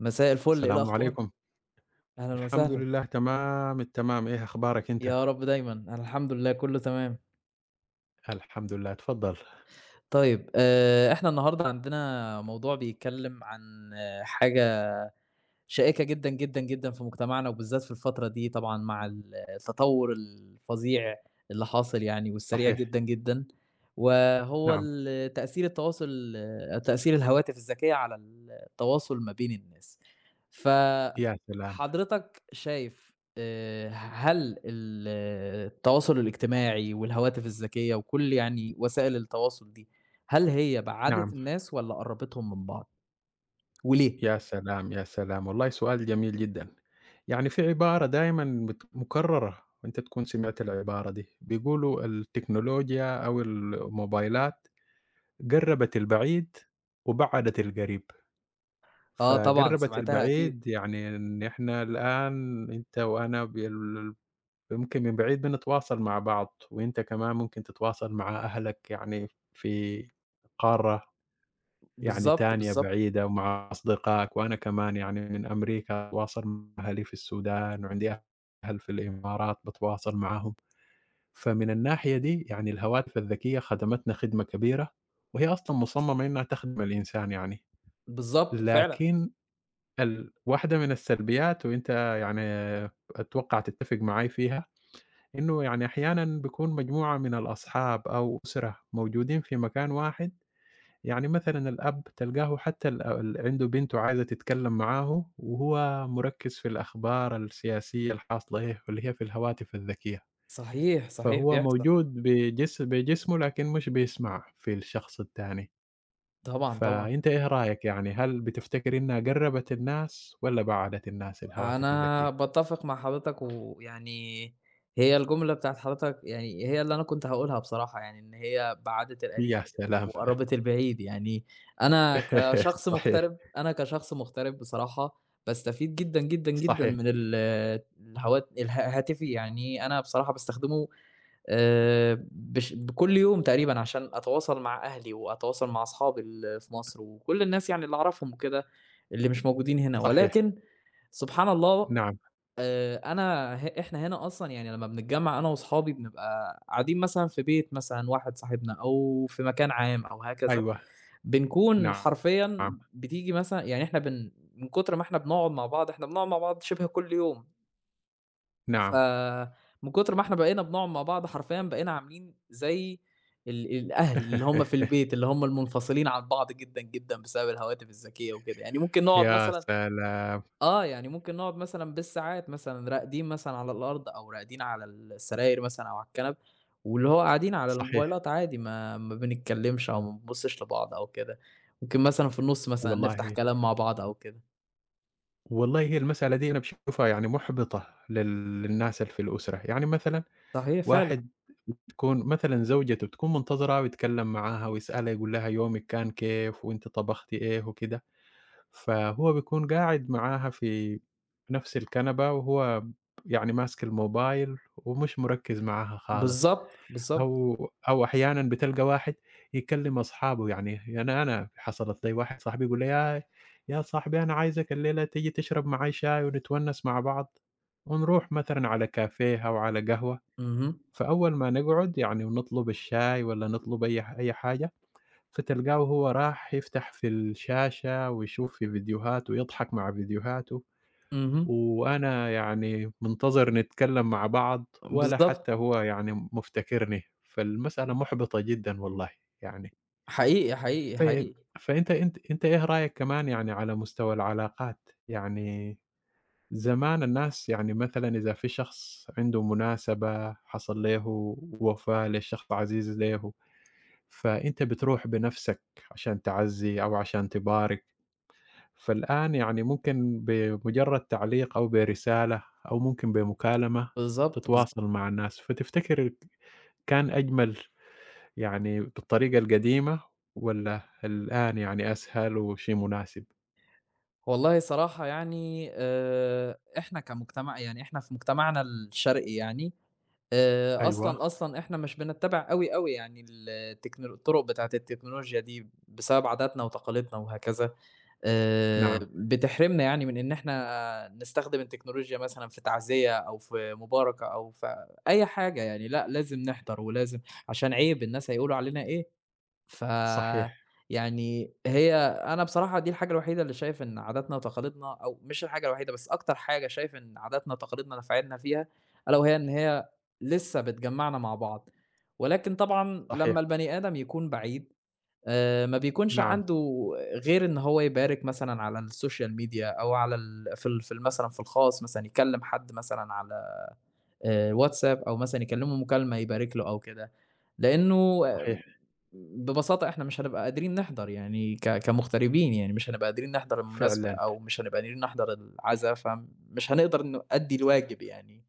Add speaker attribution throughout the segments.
Speaker 1: مساء الفل، إيه
Speaker 2: السلام
Speaker 1: الأخبار؟
Speaker 2: عليكم.
Speaker 1: أهلًا
Speaker 2: الحمد
Speaker 1: وسهلًا،
Speaker 2: لله تمام التمام، إيه أخبارك أنت؟
Speaker 1: يا رب دايمًا، أنا الحمد لله كُلّه تمام.
Speaker 2: الحمد لله، تفضّل.
Speaker 1: طيب إحنا النهارده عندنا موضوع بيتكلّم عن حاجة شائكة جدًا، جدًا، جدًا في مجتمعنا، وبالذات في الفترة دي طبعًا مع التطور الفظيع اللي حاصل يعني والسريع
Speaker 2: صحيح،
Speaker 1: جدًا، جدًا، وهو
Speaker 2: نعم،
Speaker 1: ال تأثير التواصل تأثير الهواتف الذكية على التواصل ما بين الناس.
Speaker 2: يا سلام!
Speaker 1: فحضرتك شايف هل ال التواصل الاجتماعي والهواتف الذكية وكل يعني وسائل التواصل دي، هل هي بَعَدِت
Speaker 2: نعم،
Speaker 1: الناس والّا قرّبتهم من بعض وليه؟
Speaker 2: يا سلام، يا سلام! والله سؤال جميل جدًا. يعني في عبارة دايمًا مكررة وأنت تكون سمعت العبارة دي، بيقولوا التكنولوجيا أو الموبايلات قرّبت البعيد وبعّدت القريب،
Speaker 1: آه طبعًا،
Speaker 2: فقرّبت
Speaker 1: سمعتها أكيد.
Speaker 2: البعيد يعني إن إحنا الآن أنت وأنا يمكن من بعيد بنتواصل مع بعض، وأنت كمان ممكن تتواصل مع أهلك يعني في قارة يعني
Speaker 1: بالضبط،
Speaker 2: تانية
Speaker 1: بالضبط،
Speaker 2: بعيدة ومع أصدقائك، وأنا كمان يعني من أمريكا أتواصل مع أهلي في السودان، وعندي أهل في الإمارات باتواصل معاهم، فمن الناحية دي يعني الهواتف الذكية خدمتنا خدمة كبيرة، وهي أصلًا مصممة إنها تخدم الإنسان يعني،
Speaker 1: بالضبط فعلًا،
Speaker 2: لكن واحدة من السلبيات وأنت يعني أتوقع تتفق معاي فيها إنه يعني أحيانًا بيكون مجموعة من الأصحاب أو أسرة موجودين في مكان واحد، يعني مثلًا الأب تلقاه حتى ال ال عنده بنته عايزة تتكلم معاه وهو مركّز في الأخبار السياسية الحاصلة إيه، واللي هي في الهواتف الذكية،
Speaker 1: صحيح، صحيح
Speaker 2: فهو
Speaker 1: بيحصل،
Speaker 2: موجود بجسمه لكن مش بيسمع في الشخص التاني،
Speaker 1: طبعًا، طبعًا،
Speaker 2: فأنت إيه رأيك يعني هل بتفتكر إنها قرّبت الناس والّا بَعَدت الناس الهواتف الذكية؟
Speaker 1: أنا باتّفق مع حضرتك ويعني هي الجملة بتاعة حضرتك يعني هي اللي أنا كنت هاقولها بصراحة، يعني إن هي بَعَدِت القريب
Speaker 2: يا سلام!
Speaker 1: وقرّبت البعيد، يعني أنا كشخص
Speaker 2: صحيح،
Speaker 1: مغترب أنا كشخص مغترب بصراحة باستفيد جدًا، جدًا، جدًا
Speaker 2: صحيح،
Speaker 1: من ال الهوات اله هاتفي، يعني أنا بصراحة باستخدمه بش بكل يوم تقريبًا عشان أتواصل مع أهلي وأتواصل مع أصحابي في مصر وكل الناس يعني اللي أعرفهم وكده، اللي مش موجودين هنا،
Speaker 2: صحيح،
Speaker 1: ولكن سبحان الله
Speaker 2: نعم،
Speaker 1: أنا ه إحنا هنا أصلًا يعني لمّا بنتجمّع أنا وأصحابي بنبقى قاعدين مثلًا في بيت مثلًا واحد صاحبنا أو في مكان عام أو هكذا،
Speaker 2: أيوه.
Speaker 1: بنكون
Speaker 2: نعم،
Speaker 1: حرفيًا بتيجي مثلًا يعني إحنا بن من كتر ما إحنا بنقعد مع بعض، إحنا بنقعد مع بعض شِبه كل يوم.
Speaker 2: نعم.
Speaker 1: فمن كتر ما إحنا بقينا بنقعد مع بعض حرفيًا بقينا عاملين زي الأهل اللي هم في البيت، اللي هم المنفصلين عن بعض جدًا، جدًا بسبب الهواتف الذكية وكده، يعني ممكن نقعد
Speaker 2: يا
Speaker 1: مثلًا
Speaker 2: سلام!
Speaker 1: آه، يعني ممكن نقعد مثلًا بالساعات مثلًا راقدين مثلًا على الأرض أو راقدين على السراير مثلًا أو على الكنب، واللي هو قاعدين على
Speaker 2: صحيح.
Speaker 1: الموبايلات عادي ما بنتكلمش أو ما بنبصش لبعض أو كده، ممكن مثلًا في النُص مثلًا نفتح
Speaker 2: والله،
Speaker 1: كلام مع بعض أو كده.
Speaker 2: والله هي المسألة دي أنا باشوفها يعني مُحبِطة للناس اللي في الأسرة، يعني مثلًا
Speaker 1: صحيح فعلًا،
Speaker 2: واحد تكون مثلًا زوجته تكون منتظرة ويتكلّم معاها ويسألها يقول لها يومِك كان كيف وأنتِ طبختِ إيه وكده، فهو بيكون قاعد معاها في نفس الكنبة وهو يعني ماسك الموبايل ومش مركّز معاها خالص.
Speaker 1: بالضبط، بالضبط.
Speaker 2: أو أو أحيانًا بتلقى واحد يكلم أصحابه، يعني أنا حصلت لي واحد صاحبي يقول لي: "يا صاحبي أنا عايزك الليلة تيجي تشرب معاي شاي ونتونس مع بعض، ونروح مثلًا على كافيه أو على قهوة."
Speaker 1: اهم،
Speaker 2: فأول ما نقعد يعني ونطلب الشاي والّا نطلب أي أي حاجة، فتلقاه وهو راح يفتح في الشاشة ويشوف في فيديوهات ويضحك مع فيديوهاته.
Speaker 1: اهم،
Speaker 2: وأنا يعني منتظر نتكلّم مع بعض ولا
Speaker 1: بالضبط.
Speaker 2: حتى هو يعني مفتكرني، فالمسألة مُحبِطة جدًا والله يعني.
Speaker 1: حقيقي، حقيقي،
Speaker 2: ف
Speaker 1: حقيقي.
Speaker 2: فأنت أنت أنت إيه رأيك كمان يعني على مستوى العلاقات؟ يعني زمان الناس يعني مثلًا إذا في شخص عنده مناسبة حصل له وفاة لشخص عزيز له، فأنت بتروح بنَفْسك عشان تعزّي أو عشان تبارك. فالآن يعني ممكن بمجرد تعليق أو برسالة أو ممكن بمكالمة
Speaker 1: بالضبط، بالضبط.
Speaker 2: تتواصل مع الناس، فتفتكر كان أجمل يعني بالطريقة القديمة والّا الآن يعني أسهل وشيء مناسب؟
Speaker 1: والله صراحة يعني إحنا كمجتمع يعني إحنا في مجتمعنا الشرقي يعني،
Speaker 2: أيوه،
Speaker 1: أصلًا، أصلًا إحنا مش بنتّبع أوي، أوي يعني الطُرق بتاعة التكنولوجيا دي بسبب عاداتنا وتقاليدنا وهكذا،
Speaker 2: نعم،
Speaker 1: بتحرمنا يعني من إن إحنا نستخدم التكنولوجيا مثلًا في تعزية أو في مباركة أو في أي حاجة يعني، لأ لازم نحضر ولازم عشان عيب الناس هيقولوا علينا إيه. ف
Speaker 2: صحيح،
Speaker 1: يعني هي أنا بصراحة دي الحاجة الوحيدة اللي شايف إن عاداتنا وتقاليدنا أو مش الحاجة الوحيدة، بس أكتر حاجة شايف إن عاداتنا وتقاليدنا نفعتنا فيها، ألا وهي إن هي لسه بتجمّعنا مع بعض، ولكن طبعًا
Speaker 2: صحيح،
Speaker 1: لمّا البني آدم يكون بعيد ما بيكونش
Speaker 2: نعم،
Speaker 1: عنده غير إن هو يبارك مثلًا على السوشيال ميديا أو على ال في ال في ال مثلًا في الخاص، مثلًا يكلّم حد مثلًا على واتساب أو مثلًا يكلّمه مكالمة يبارك له أو كده، لإنه
Speaker 2: صحيح،
Speaker 1: ببساطة إحنا مش هنبقى قادرين نحضر يعني كمغتربين يعني مش هنبقى قادرين نحضر المناسبة
Speaker 2: فعلًا،
Speaker 1: أو مش هنبقى قادرين نحضر العزا، فمش هنقدر نؤدّي الواجب يعني.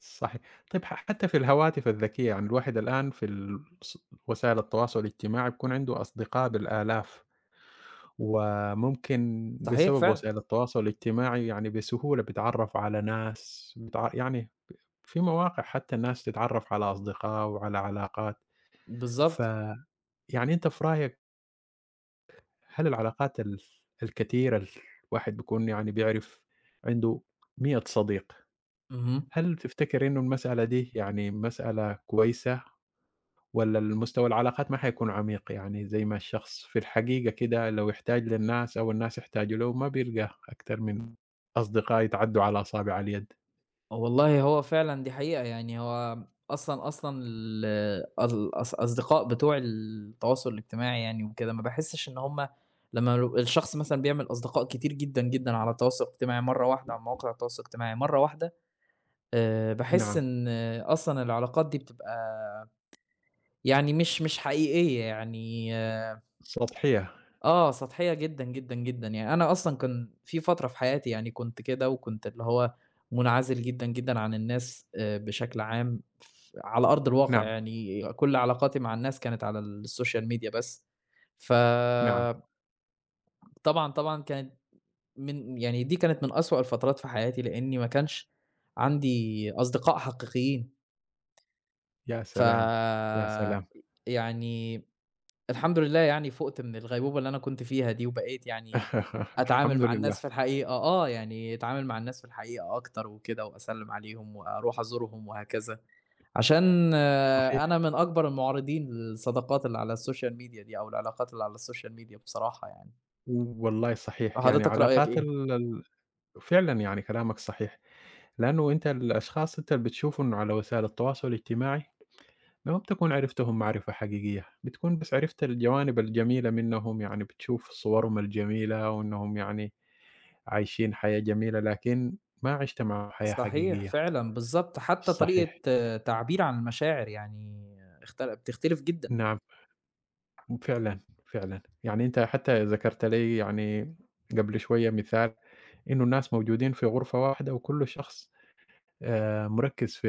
Speaker 2: صحيح. طيب حتى في الهواتف الذكية يعني الواحد الآن في ال ص وسائل التواصل الاجتماعي بيكون عنده أصدقاء بالآلاف. وممكن
Speaker 1: صحيح
Speaker 2: بسبب
Speaker 1: فعلًا.
Speaker 2: وسائل التواصل الاجتماعي يعني بسهولة بتعرّف على ناس، يعني في مواقع حتى الناس تتعرّف على أصدقاء وعلى علاقات،
Speaker 1: بالضبط،
Speaker 2: فيعني أنت في رأيك هل العلاقات الكتيرة الواحد بيكون يعني بيعرف عنده 100 صديق،
Speaker 1: اهم.
Speaker 2: هل تفتكر إنه المسألة دي يعني مسألة كويسة؟ والّا المستوى العلاقات ما حيكون عميق، يعني زي ما الشخص في الحقيقة كده لو احتاج للناس أو الناس احتاجوا له ما بيلقاه أكتر من أصدقاء يتعدّوا على أصابع اليد،
Speaker 1: والله هو فعلًا دي حقيقة، يعني هو أصلًا أصلًا ال الأص الأصدقاء بتوع التواصل الاجتماعي يعني وكده، ما باحسّش إن هم لمّا الشخص مثلًا بيعمل أصدقاء كتير جدًا، جدًا على التواصل الاجتماعي مرّة واحدة على مواقع التواصل الاجتماعي مرّة واحدة، باحس
Speaker 2: نعم،
Speaker 1: إن أصلًا العلاقات دي بتبقى يعني مش حقيقية، يعني آه،
Speaker 2: سطحية،
Speaker 1: آه، سطحية جدًا، جدًا، جدًا. يعني أنا أصلًا كان في فترة في حياتي يعني كنت كده وكنت اللي هو منعزل جدًا، جدًا عن الناس بشكل عام ف على أرض الواقع
Speaker 2: نعم،
Speaker 1: يعني كل علاقاتي مع الناس كانت على السوشيال ميديا بس.
Speaker 2: نعم،
Speaker 1: فطبعًا، طبعًا كانت من يعني دي كانت من أسوأ الفترات في حياتي لإني ما كانش عندي أصدقاء حقيقيين.
Speaker 2: يا
Speaker 1: ف
Speaker 2: سلام، يا سلام،
Speaker 1: يعني الحمد لله يعني فُقت من الغيبوبة اللي أنا كنت فيها دي، وبقيت يعني أتعامل
Speaker 2: الحمد
Speaker 1: مع
Speaker 2: لله،
Speaker 1: الناس في الحقيقة يعني أتعامل مع الناس في الحقيقة أكتر وكده، وأسلِّم عليهم وأروح أزورهم وهكذا، عشان
Speaker 2: صحيح،
Speaker 1: أنا من أكبر المُعارضين للصداقات اللي على السوشيال ميديا دي، أو العلاقات اللي على السوشيال ميديا بصراحة يعني.
Speaker 2: والله صحيح، يعني
Speaker 1: حضرتك رأيك
Speaker 2: علاقات
Speaker 1: إيه؟
Speaker 2: ال ال فعلًا يعني كلامك صحيح، لأنه الأشخاص أنت اللي بتشوفهم على وسائل التواصل الاجتماعي لما بتكون عرفتهم معرفة حقيقية، بتكون بس عرفت الجوانب الجميلة منهم، يعني بتشوف صورهم الجميلة وإنهم يعني عايشين حياة جميلة، لكن ما عِشت معاهم حياة
Speaker 1: صحيح
Speaker 2: حقيقية،
Speaker 1: فعلًا، بالضبط، حتى
Speaker 2: صحيح،
Speaker 1: طريقة تعبير عن المشاعر يعني بتختلف جدًا.
Speaker 2: نعم، فعلًا، فعلًا، يعني أنت حتى ذكرت لي يعني قبل شوية مثال إنه الناس موجودين في غرفة واحدة وكل شخص مركّز في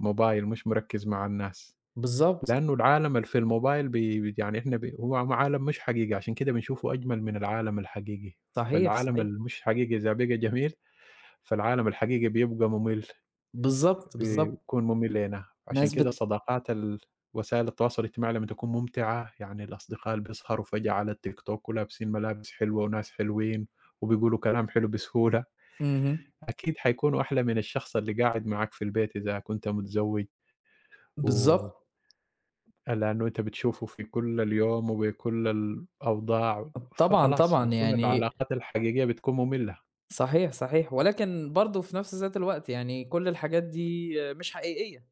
Speaker 2: الموبايل، مش مركّز مع الناس.
Speaker 1: بالضبط،
Speaker 2: لأنه العالم اللي في الموبايل بي بي يعني إحنا ب هو م عالم مش حقيقي، عشان كده بنشوفه أجمل من العالم الحقيقي،
Speaker 1: صحيح،
Speaker 2: فالعالم
Speaker 1: صحيح.
Speaker 2: اللي مش حقيقي إذا بقى جميل، فالعالم الحقيقي بيبقى مُمِل،
Speaker 1: بالضبط، بالضبط.
Speaker 2: بيكون مُمِل لينا،
Speaker 1: ناس
Speaker 2: عشان كده
Speaker 1: بت
Speaker 2: الصداقات وسائل التواصل الاجتماعي لمّا تكون ممتعة، يعني الأصدقاء اللي بيسهروا فجأة على التيك توك ولابسين ملابس حلوة وناس حلوين وبيقولوا كلام حلو بسهولة،
Speaker 1: اهم.
Speaker 2: أكيد حيكونوا أحلى من الشخص اللي قاعد معاك في البيت إذا كنت متزوج. و
Speaker 1: بالضبط.
Speaker 2: لأنه أنت بتشوفه في كل اليوم وبكل الأوضاع،
Speaker 1: طبعًا،
Speaker 2: فخلاص
Speaker 1: طبعًا.
Speaker 2: بتكون
Speaker 1: يعني
Speaker 2: العلاقات الحقيقية بتكون مملة.
Speaker 1: صحيح، صحيح. ولكن برضه في نفس ذات الوقت يعني كل الحاجات دي مش حقيقية.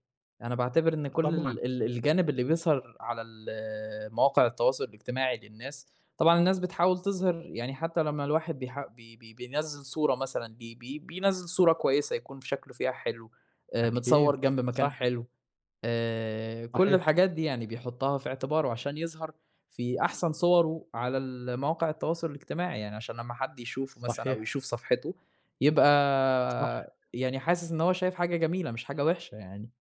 Speaker 1: أنا باعتبر إن كل
Speaker 2: طبعًا،
Speaker 1: ال الجانب اللي بيظهر على مواقع التواصل الاجتماعي للناس، طبعًا الناس بتحاول تظهر يعني حتى لمّا الواحد بيح بي بي بينزّل صورة مثلًا ليه، بينزّل صورة كويسة يكون في شكله فيها حلو، متصور
Speaker 2: أكيد،
Speaker 1: جنب مكان
Speaker 2: صح،
Speaker 1: حلو، كل
Speaker 2: صحيح،
Speaker 1: الحاجات دي يعني بيحطها في اعتباره عشان يظهر في أحسن صوره على مواقع التواصل الاجتماعي، يعني عشان لمّا حد يشوفه مثلًا أو
Speaker 2: صحيح،
Speaker 1: يشوف صفحته يبقى
Speaker 2: صح،
Speaker 1: يعني حاسس إن هو شايف حاجة جميلة مش حاجة وحشة يعني.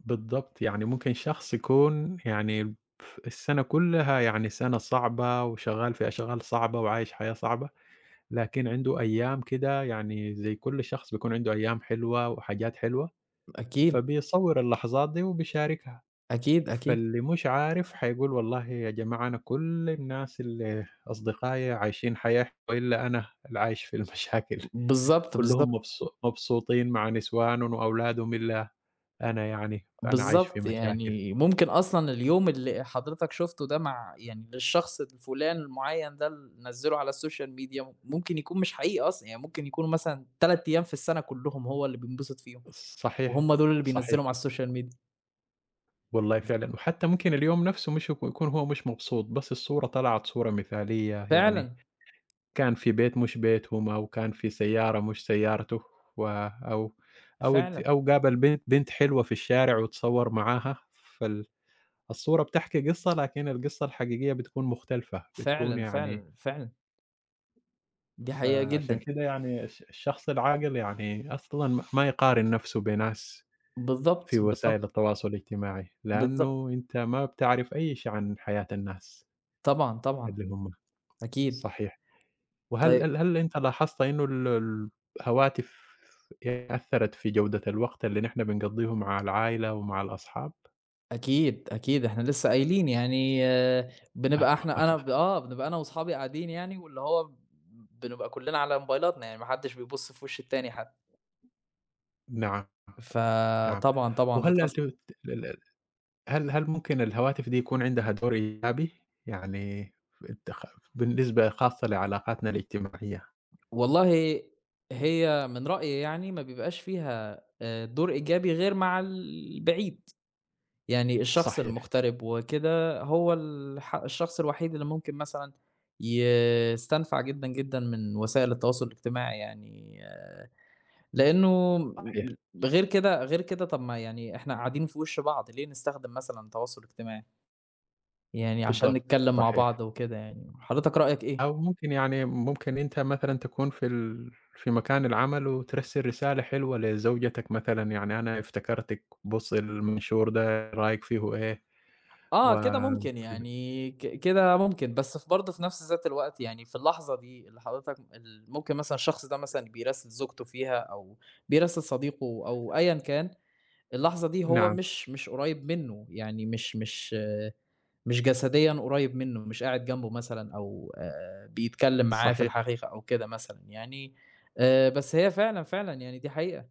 Speaker 2: بالضبط، يعني ممكن شخص يكون يعني السنة كلها يعني سنة صعبة وشغال في أشغال صعبة وعايش حياة صعبة، لكن عنده أيام كده يعني زي كل شخص بيكون عنده أيام حلوة وحاجات حلوة،
Speaker 1: أكيد،
Speaker 2: فبيصوّر اللحظات دي وبيشاركها.
Speaker 1: أكيد، أكيد.
Speaker 2: فاللي مش عارف حيقول والله يا جماعة أنا كل الناس اللي أصدقائي عايشين حياة وإلا أنا اللي عايش في المشاكل.
Speaker 1: بالضبط،
Speaker 2: كلهم
Speaker 1: بالضبط،
Speaker 2: مبسوطين مع نسوانهم وأولادهم إلا أنا، يعني أنا عايش في
Speaker 1: بالضبط.
Speaker 2: مشاكل.
Speaker 1: يعني ممكن أصلًا اليوم اللي حضرتك شُفته ده مع يعني للشخص الفلان المعيّن ده اللي نزّله على السوشيال ميديا ممكن يكون مش حقيقي أصلًا، يعني ممكن يكونوا مثلًا 3 أيام في السَنة كلّهم هو اللي بينبسط فيهم.
Speaker 2: صحيح،
Speaker 1: وهُم دول اللي
Speaker 2: صحيح،
Speaker 1: بينزّلهم على السوشيال ميديا.
Speaker 2: والله فعلًا، وحتى ممكن اليوم نفسه مش يكون هو مش مبسوط بس الصورة طلعت صورة مثالية يعني
Speaker 1: فعلًا،
Speaker 2: كان في بيت مش بيتهم أو كان في سيارة مش سيارته و أو أو ات
Speaker 1: فعلًا،
Speaker 2: أو قابل بنت حلوة في الشارع واتصوّر معاها، فال الصورة بتحكي قصّة، لكن القصّة الحقيقية بتكون مختلفة، بتكون
Speaker 1: فعلًا،
Speaker 2: يعني
Speaker 1: فعلًا، فعلًا، دي حقيقة
Speaker 2: فعشان
Speaker 1: جدًا.
Speaker 2: كده يعني الشخص العاقل يعني أصلًا ما يقارن نَفْسه بناس
Speaker 1: بالضبط،
Speaker 2: في
Speaker 1: بالضبط،
Speaker 2: وسائل التواصل الاجتماعي،
Speaker 1: بالضبط.
Speaker 2: لأنه أنت ما بتعرف أي شيء عن حياة الناس
Speaker 1: طبعًا، طبعًا،
Speaker 2: اللي هم.
Speaker 1: أكيد.
Speaker 2: صحيح. وهل
Speaker 1: طي
Speaker 2: هل هل أنت لاحظت إنه الهواتف أثّرت في جودة الوقت اللي نحن بنقضّيه مع العائلة ومع الأصحاب؟
Speaker 1: أكيد، أكيد، إحنا لسه قايلين يعني بنبقى إحنا أنا ب آه، بنبقى أنا وأصحابي قاعدين يعني واللي هو بنبقى كُلّنا على موبايلاتنا، يعني ما حدّش بيبُص في وِش التاني حتى.
Speaker 2: نعم، نعم.
Speaker 1: فطبعًا، طبعًا
Speaker 2: وهل
Speaker 1: بتأثّر.
Speaker 2: الت ال ال هل هل ممكن الهواتف دي يكون عندها دور إيجابي؟ يعني أنت خ بالنسبة خاصة لعلاقاتنا الاجتماعية.
Speaker 1: والله هي من رأيي يعني ما بيبقاش فيها دور إيجابي غير مع البعيد. يعني الشخص
Speaker 2: صحيح،
Speaker 1: المغترب وكده هو الشخص الوحيد اللي ممكن مثلًا يستنفع جدًا، جدًا من وسائل التواصل الاجتماعي يعني، لإنه
Speaker 2: صحيح،
Speaker 1: غير كده غير كده طب ما يعني إحنا قاعدين في وش بعض، ليه نستخدم مثلًا تواصل اجتماعي؟ يعني عشان
Speaker 2: بالضبط،
Speaker 1: نتكلم مع بعض
Speaker 2: صحيح.
Speaker 1: وكده يعني، حضرتك رأيك إيه؟
Speaker 2: أو ممكن يعني ممكن أنت مثلًا تكون في ال في مكان العمل وترسل رسالة حلوة لزوجتك مثلًا، يعني أنا افتكرتِك، بُص المنشور ده رأيك فيه إيه؟
Speaker 1: آه،
Speaker 2: و
Speaker 1: كده ممكن، يعني كده ممكن، بس في برضه في نفس ذات الوقت يعني في اللحظة دي اللي حضرتك ممكن مثلًا الشخص ده مثلًا بيراسل زوجته فيها أو بيراسل صديقه أو أيًا كان، اللحظة دي هو
Speaker 2: نعم،
Speaker 1: مش قريب منه، يعني مش جسديًا قريب منه، مش قاعد جنبه مثلًا أو بيتكلم معاه في
Speaker 2: صحيح،
Speaker 1: الحقيقة أو كده مثلًا يعني، بس هي فعلًا، فعلًا يعني دي حقيقة،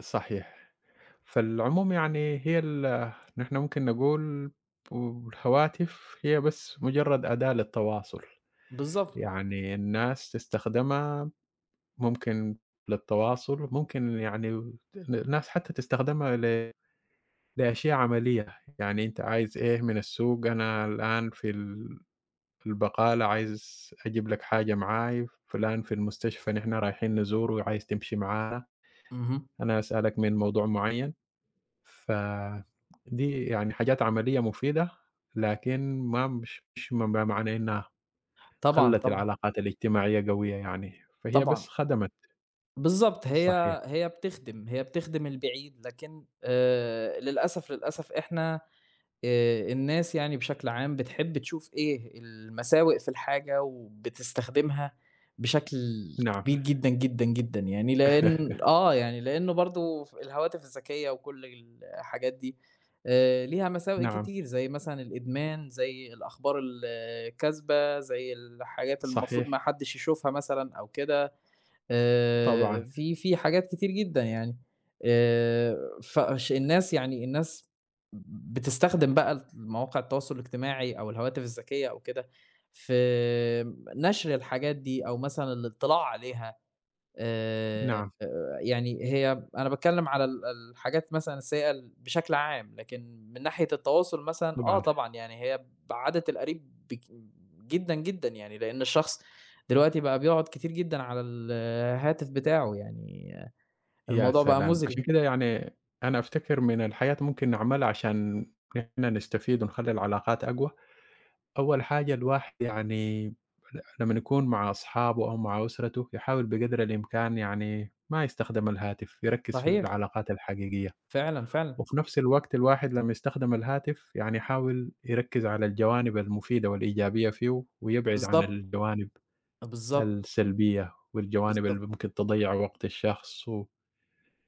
Speaker 2: صحيح. فالعموم يعني هي نحن ممكن نقول والهواتف هي بس مجرد أداة للتواصل،
Speaker 1: بالضبط،
Speaker 2: يعني الناس تستخدمها ممكن للتواصل، ممكن يعني الناس حتى تستخدمها دي أشياء عملية، يعني أنت عايز إيه من السوق، أنا الآن في البقالة عايز أجيب لك حاجة معاي، فلان في المستشفى نحن رايحين نزوره عايز تمشي معانا،
Speaker 1: اهم،
Speaker 2: أنا أسألك من موضوع معين، ف دي يعني حاجات عملية مفيدة، لكن ما مش مش ما معناه إنها
Speaker 1: طبعًا،
Speaker 2: خلّت
Speaker 1: طبعًا،
Speaker 2: العلاقات الاجتماعية قوية يعني، فهي بس
Speaker 1: طبعًا.
Speaker 2: خدمت،
Speaker 1: بالضبط، هي
Speaker 2: صحيح،
Speaker 1: هي بتخدم، هي بتخدم البعيد، لكن للأسف، للأسف إحنا الناس يعني بشكل عام بتحب تشوف إيه، المساوئ في الحاجة وبتستخدمها بشكل
Speaker 2: نعم،
Speaker 1: كبير جدًا، جدًا، جدًا يعني لإن آه، يعني لإنه برضه ف الهواتف الذكية وكل الحاجات دي ليها مساوئ
Speaker 2: نعم،
Speaker 1: كتير، زي مثلًا الإدمان، زي الأخبار الكاذبة، زي الحاجات اللي المفروض
Speaker 2: صحيح،
Speaker 1: ما حدش يشوفها مثلًا أو كده.
Speaker 2: طبعًا،
Speaker 1: في حاجات كتير جدًا يعني، آآ فش الناس يعني الناس بتستخدم بقى مواقع التواصل الاجتماعي أو الهواتف الذكية أو كده في نشر الحاجات دي أو مثلًا الاطلاع عليها، آآ،
Speaker 2: نعم،
Speaker 1: يعني هي أنا باتكلم على الحاجات مثلًا السيئة بشكل عام، لكن من ناحية التواصل مثلًا آه
Speaker 2: طبعًا.
Speaker 1: طبعًا، يعني هي بعَدِت القريب جدًا، جدًا يعني، لإن الشخص دلوقتي بقى بيقعد كتير جدًا على الهاتف بتاعه، يعني
Speaker 2: يا
Speaker 1: الموضوع بقى
Speaker 2: سلام! عشان
Speaker 1: مُزري.
Speaker 2: كده يعني أنا أفتكر من الحاجات ممكن نعملها عشان إحنا نستفيد ونخلّي العلاقات أقوى، أول حاجة الواحد يعني لمّا يكون مع أصحابه أو مع أسرته يحاول بقدر الإمكان يعني ما يستخدم الهاتف، يركّز في
Speaker 1: صحيح،
Speaker 2: العلاقات الحقيقية،
Speaker 1: فعلًا، فعلًا،
Speaker 2: وفي نفس الوقت الواحد لمّا يستخدم الهاتف يعني يحاول يركّز على الجوانب المفيدة والإيجابية فيه، ويبعد عن
Speaker 1: بالضبط،
Speaker 2: الجوانب
Speaker 1: بالضبط،
Speaker 2: السلبية والجوانب
Speaker 1: بالضبط،
Speaker 2: اللي ممكن تضيّع وقت الشخص و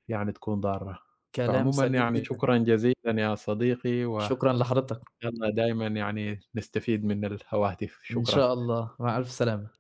Speaker 2: يعني تكون ضارة.
Speaker 1: كلام
Speaker 2: فعمومًا
Speaker 1: سليم
Speaker 2: يعني
Speaker 1: جدًا.
Speaker 2: شكرًا جزيلًا يا صديقي، وإن
Speaker 1: شكرًا لحضرتك،
Speaker 2: شاء الله دايمًا يعني نستفيد من الهواتف،
Speaker 1: إن
Speaker 2: شكرًا.
Speaker 1: شاء الله، مع ألف سلامة.